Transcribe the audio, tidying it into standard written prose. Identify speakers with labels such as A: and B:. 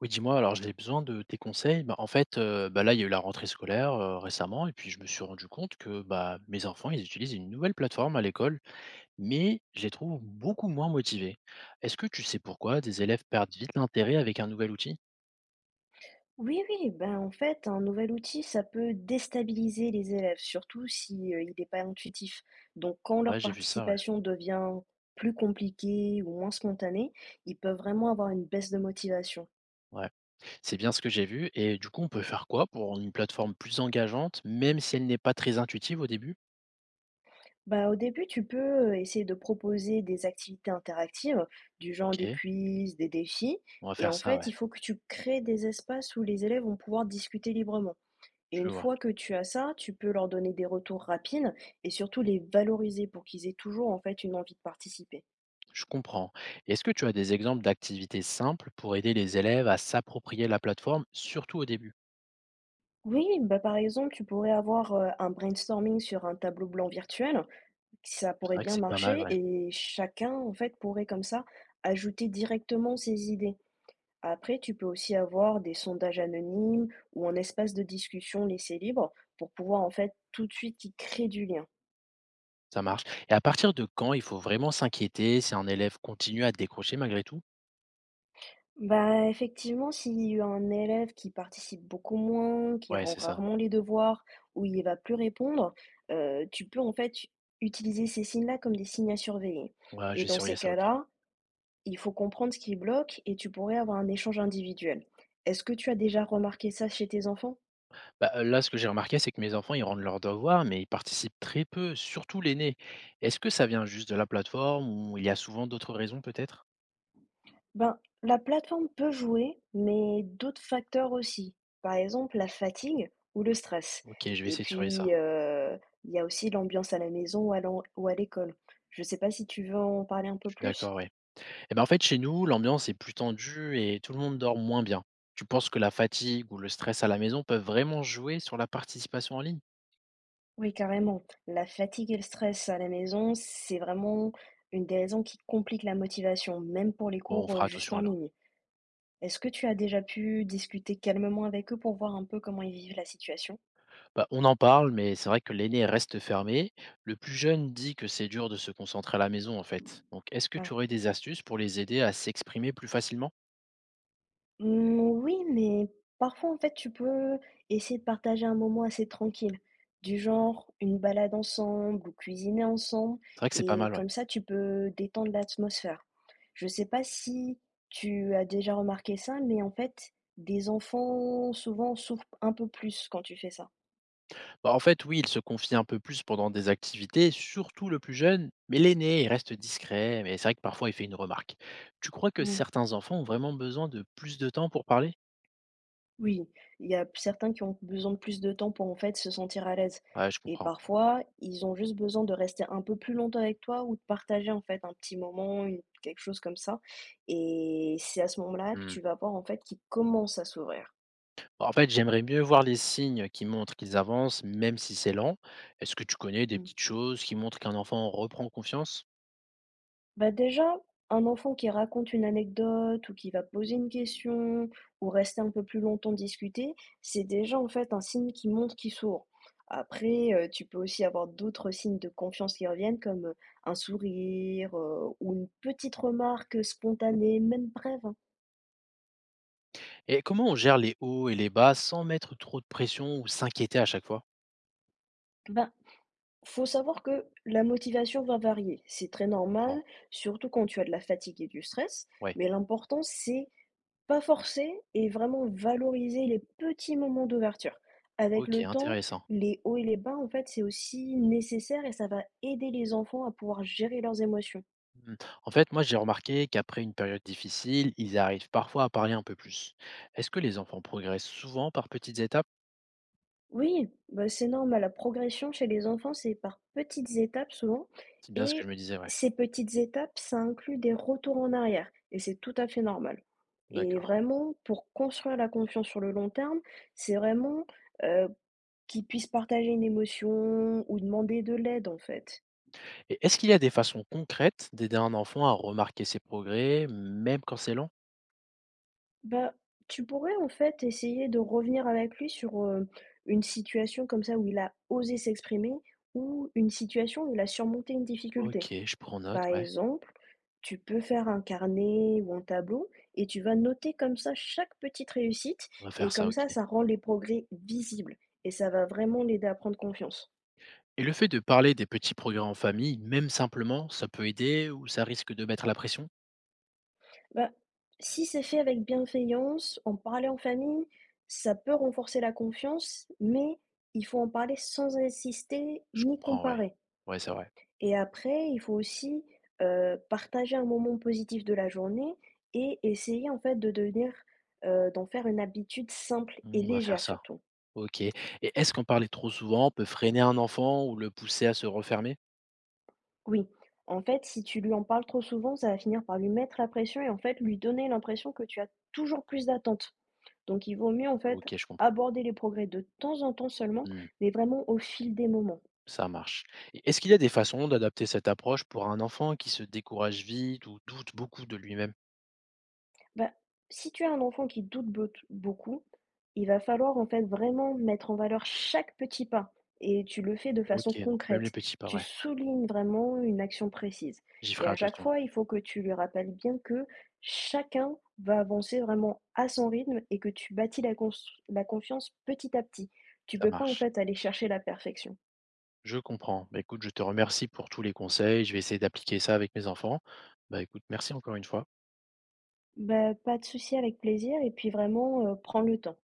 A: Oui, dis-moi, alors j'ai besoin de tes conseils. Bah, en fait, bah, là, il y a eu la rentrée scolaire, récemment et puis je me suis rendu compte que, bah, mes enfants, ils utilisent une nouvelle plateforme à l'école, mais je les trouve beaucoup moins motivés. Est-ce que tu sais pourquoi des élèves perdent vite l'intérêt avec un nouvel outil?
B: Oui, oui, ben, en fait, un nouvel outil, ça peut déstabiliser les élèves, surtout si, il n'est pas intuitif. Donc quand
A: Ouais,
B: leur
A: j'ai vu ça, ouais.
B: participation devient plus compliquée ou moins spontanée, ils peuvent vraiment avoir une baisse de motivation.
A: Ouais. C'est bien ce que j'ai vu et du coup, on peut faire quoi pour rendre une plateforme plus engageante, même si elle n'est pas très intuitive au début?
B: Bah, au début, tu peux, essayer de proposer des activités interactives, du genre des
A: OK,
B: quiz, des défis,
A: on va
B: et
A: faire
B: en
A: ça,
B: fait,
A: ouais,
B: il faut que tu crées des espaces où les élèves vont pouvoir discuter librement. Et
A: je
B: une
A: vois.
B: fois que tu as ça, tu peux leur donner des retours rapides et surtout les valoriser pour qu'ils aient toujours en fait une envie de participer.
A: Je comprends. Est-ce que tu as des exemples d'activités simples pour aider les élèves à s'approprier la plateforme, surtout au début?
B: Oui, bah par exemple, tu pourrais avoir un brainstorming sur un tableau blanc virtuel, ça
A: C'est
B: pourrait
A: vrai que
B: bien
A: c'est pas mal,
B: marcher
A: ouais.
B: et chacun en fait pourrait comme ça ajouter directement ses idées. Après, tu peux aussi avoir des sondages anonymes ou un espace de discussion laissé libre pour pouvoir en fait tout de suite y créer du lien.
A: Ça marche. Et à partir de quand il faut vraiment s'inquiéter si un élève continue à décrocher malgré tout?
B: Bah, effectivement, s'il y a un élève qui participe beaucoup moins, qui
A: Ouais,
B: rend
A: c'est ça.
B: rarement les devoirs, ou il va plus répondre, tu peux en fait utiliser ces signes-là comme des signes à surveiller.
A: Ouais,
B: Et
A: j'ai
B: dans
A: surveillé
B: ces
A: ça, ok.
B: cas-là, il faut comprendre ce qui bloque et tu pourrais avoir un échange individuel. Est-ce que tu as déjà remarqué ça chez tes enfants?
A: Bah, là, ce que j'ai remarqué, c'est que mes enfants, ils rendent leurs devoirs, mais ils participent très peu, surtout l'aîné. Est-ce que ça vient juste de la plateforme ou il y a souvent d'autres raisons peut-être?
B: Ben, la plateforme peut jouer, mais d'autres facteurs aussi. Par exemple, la fatigue ou le stress.
A: Ok, je vais
B: Et
A: essayer de surveiller ça.
B: puis, il y a aussi l'ambiance à la maison ou à ou à l'école. Je ne sais pas si tu veux en parler un
A: Je
B: peu
A: suis d'accord,
B: plus.
A: ouais. Et ben, en fait, chez nous, l'ambiance est plus tendue et tout le monde dort moins bien. Tu penses que la fatigue ou le stress à la maison peuvent vraiment jouer sur la participation en ligne?
B: Oui, carrément. La fatigue et le stress à la maison, c'est vraiment une des raisons qui complique la motivation, même pour les
A: Bon, on
B: cours
A: fera
B: juste
A: attention
B: en
A: alors.
B: ligne. Est-ce que tu as déjà pu discuter calmement avec eux pour voir un peu comment ils vivent la situation?
A: Bah, on en parle, mais c'est vrai que l'aîné reste fermé. Le plus jeune dit que c'est dur de se concentrer à la maison, en fait. Donc, est-ce que tu aurais des astuces pour les aider à s'exprimer plus facilement?
B: Mmh, oui, mais parfois, en fait, tu peux essayer de partager un moment assez tranquille, du genre une balade ensemble ou cuisiner ensemble,
A: C'est vrai que c'est pas
B: et
A: mal, ouais.
B: comme ça, tu peux détendre l'atmosphère. Je sais pas si tu as déjà remarqué ça, mais en fait, des enfants souvent souffrent un peu plus quand tu fais ça.
A: Bah, en fait, oui, il se confie un peu plus pendant des activités, surtout le plus jeune, mais l'aîné, il reste discret, mais c'est vrai que parfois il fait une remarque. Tu crois que certains enfants ont vraiment besoin de plus de temps pour parler?
B: Oui, il y a certains qui ont besoin de plus de temps pour en fait se sentir à l'aise.
A: Ouais, je
B: Et
A: comprends.
B: parfois, ils ont juste besoin de rester un peu plus longtemps avec toi ou de partager en fait un petit moment, quelque chose comme ça. Et c'est à ce moment-là que
A: Hmm.
B: tu vas voir en fait qu'ils commencent à s'ouvrir.
A: Bah, en fait, j'aimerais mieux voir les signes qui montrent qu'ils avancent, même si c'est lent. Est-ce que tu connais des
B: Mmh.
A: petites choses qui montrent qu'un enfant reprend confiance?
B: Bah, déjà, un enfant qui raconte une anecdote ou qui va poser une question ou rester un peu plus longtemps discuter, c'est déjà en fait un signe qui montre qu'il s'ouvre. Après, tu peux aussi avoir d'autres signes de confiance qui reviennent comme, un sourire, ou une petite remarque, spontanée, même brève, hein.
A: Et comment on gère les hauts et les bas sans mettre trop de pression ou s'inquiéter à chaque fois?
B: Ben, faut savoir que la motivation va varier. C'est très
A: Je comprends.
B: normal, surtout quand tu as de la fatigue et du stress,
A: Ouais,
B: mais l'important c'est pas forcer et vraiment valoriser les petits moments d'ouverture. Avec
A: ok,
B: le temps,
A: intéressant.
B: les hauts et les bas, en fait, c'est aussi nécessaire et ça va aider les enfants à pouvoir gérer leurs émotions.
A: Mmh. En fait, moi, j'ai remarqué qu'après une période difficile, ils arrivent parfois à parler un peu plus. Est-ce que les enfants progressent souvent par petites étapes?
B: Oui, bah, c'est normal. La progression chez les enfants, c'est par petites étapes souvent.
A: C'est bien ce que je
B: Et
A: me disais, ouais.
B: ces petites étapes, ça inclut des retours en arrière. Et c'est tout à fait normal. Et
A: D'accord.
B: vraiment, pour construire la confiance sur le long terme, c'est vraiment euh, qu'ils puissent partager une émotion ou demander de l'aide, en fait.
A: Et est-ce qu'il y a des façons concrètes d'aider un enfant à remarquer ses progrès, même quand c'est lent?
B: Bah, tu pourrais en fait essayer de revenir avec lui sur, une situation comme ça où il a osé s'exprimer ou une situation où il a surmonté une
A: Ok,
B: difficulté.
A: je prends note,
B: Par
A: ouais.
B: exemple, tu peux faire un carnet ou un tableau et tu vas noter comme ça chaque petite réussite
A: On va faire
B: et
A: ça,
B: comme
A: ok.
B: ça rend les progrès visibles et ça va vraiment l'aider à prendre confiance.
A: Et le fait de parler des petits progrès en famille, même simplement, ça peut aider ou ça risque de mettre la pression?
B: Bah, si c'est fait avec bienveillance, en parler en famille, ça peut renforcer la confiance, mais il faut en parler sans insister
A: Je
B: ni
A: comprends, ouais.
B: comparer.
A: Ouais, c'est vrai.
B: Et après, il faut aussi partager un moment positif de la journée et essayer en fait de devenir, d'en faire une habitude simple et
A: On va faire
B: légère
A: ça.
B: surtout.
A: Ok. Et est-ce qu'en parler trop souvent peut freiner un enfant ou le pousser à se refermer?
B: Oui, en fait, si tu lui en parles trop souvent, ça va finir par lui mettre la pression et en fait lui donner l'impression que tu as toujours plus d'attentes. Donc il vaut mieux en fait
A: OK, je comprends.
B: aborder les progrès de temps en temps seulement,
A: Mmh,
B: mais vraiment au fil des moments.
A: ça marche. Et est-ce qu'il y a des façons d'adapter cette approche pour un enfant qui se décourage vite ou doute beaucoup de lui-même?
B: Bah, si tu as un enfant qui beaucoup, il va falloir en fait vraiment mettre en valeur chaque petit pas et tu le fais de façon
A: OK, donc même les
B: concrète.
A: petits pas,
B: Tu
A: ouais.
B: soulignes vraiment une action précise.
A: J'y
B: Et
A: ferai
B: à chaque
A: attention,
B: fois, il faut que tu lui rappelles bien que chacun va avancer vraiment à son rythme et que tu bâtis la confiance petit à petit. Tu
A: ça
B: peux pas en
A: marche.
B: fait aller chercher la perfection.
A: Je comprends. Bah, écoute, je te remercie pour tous les conseils. Je vais essayer d'appliquer ça avec mes enfants. Bah, écoute, merci encore une fois.
B: Bah, pas de souci, avec plaisir et puis vraiment, prends le temps.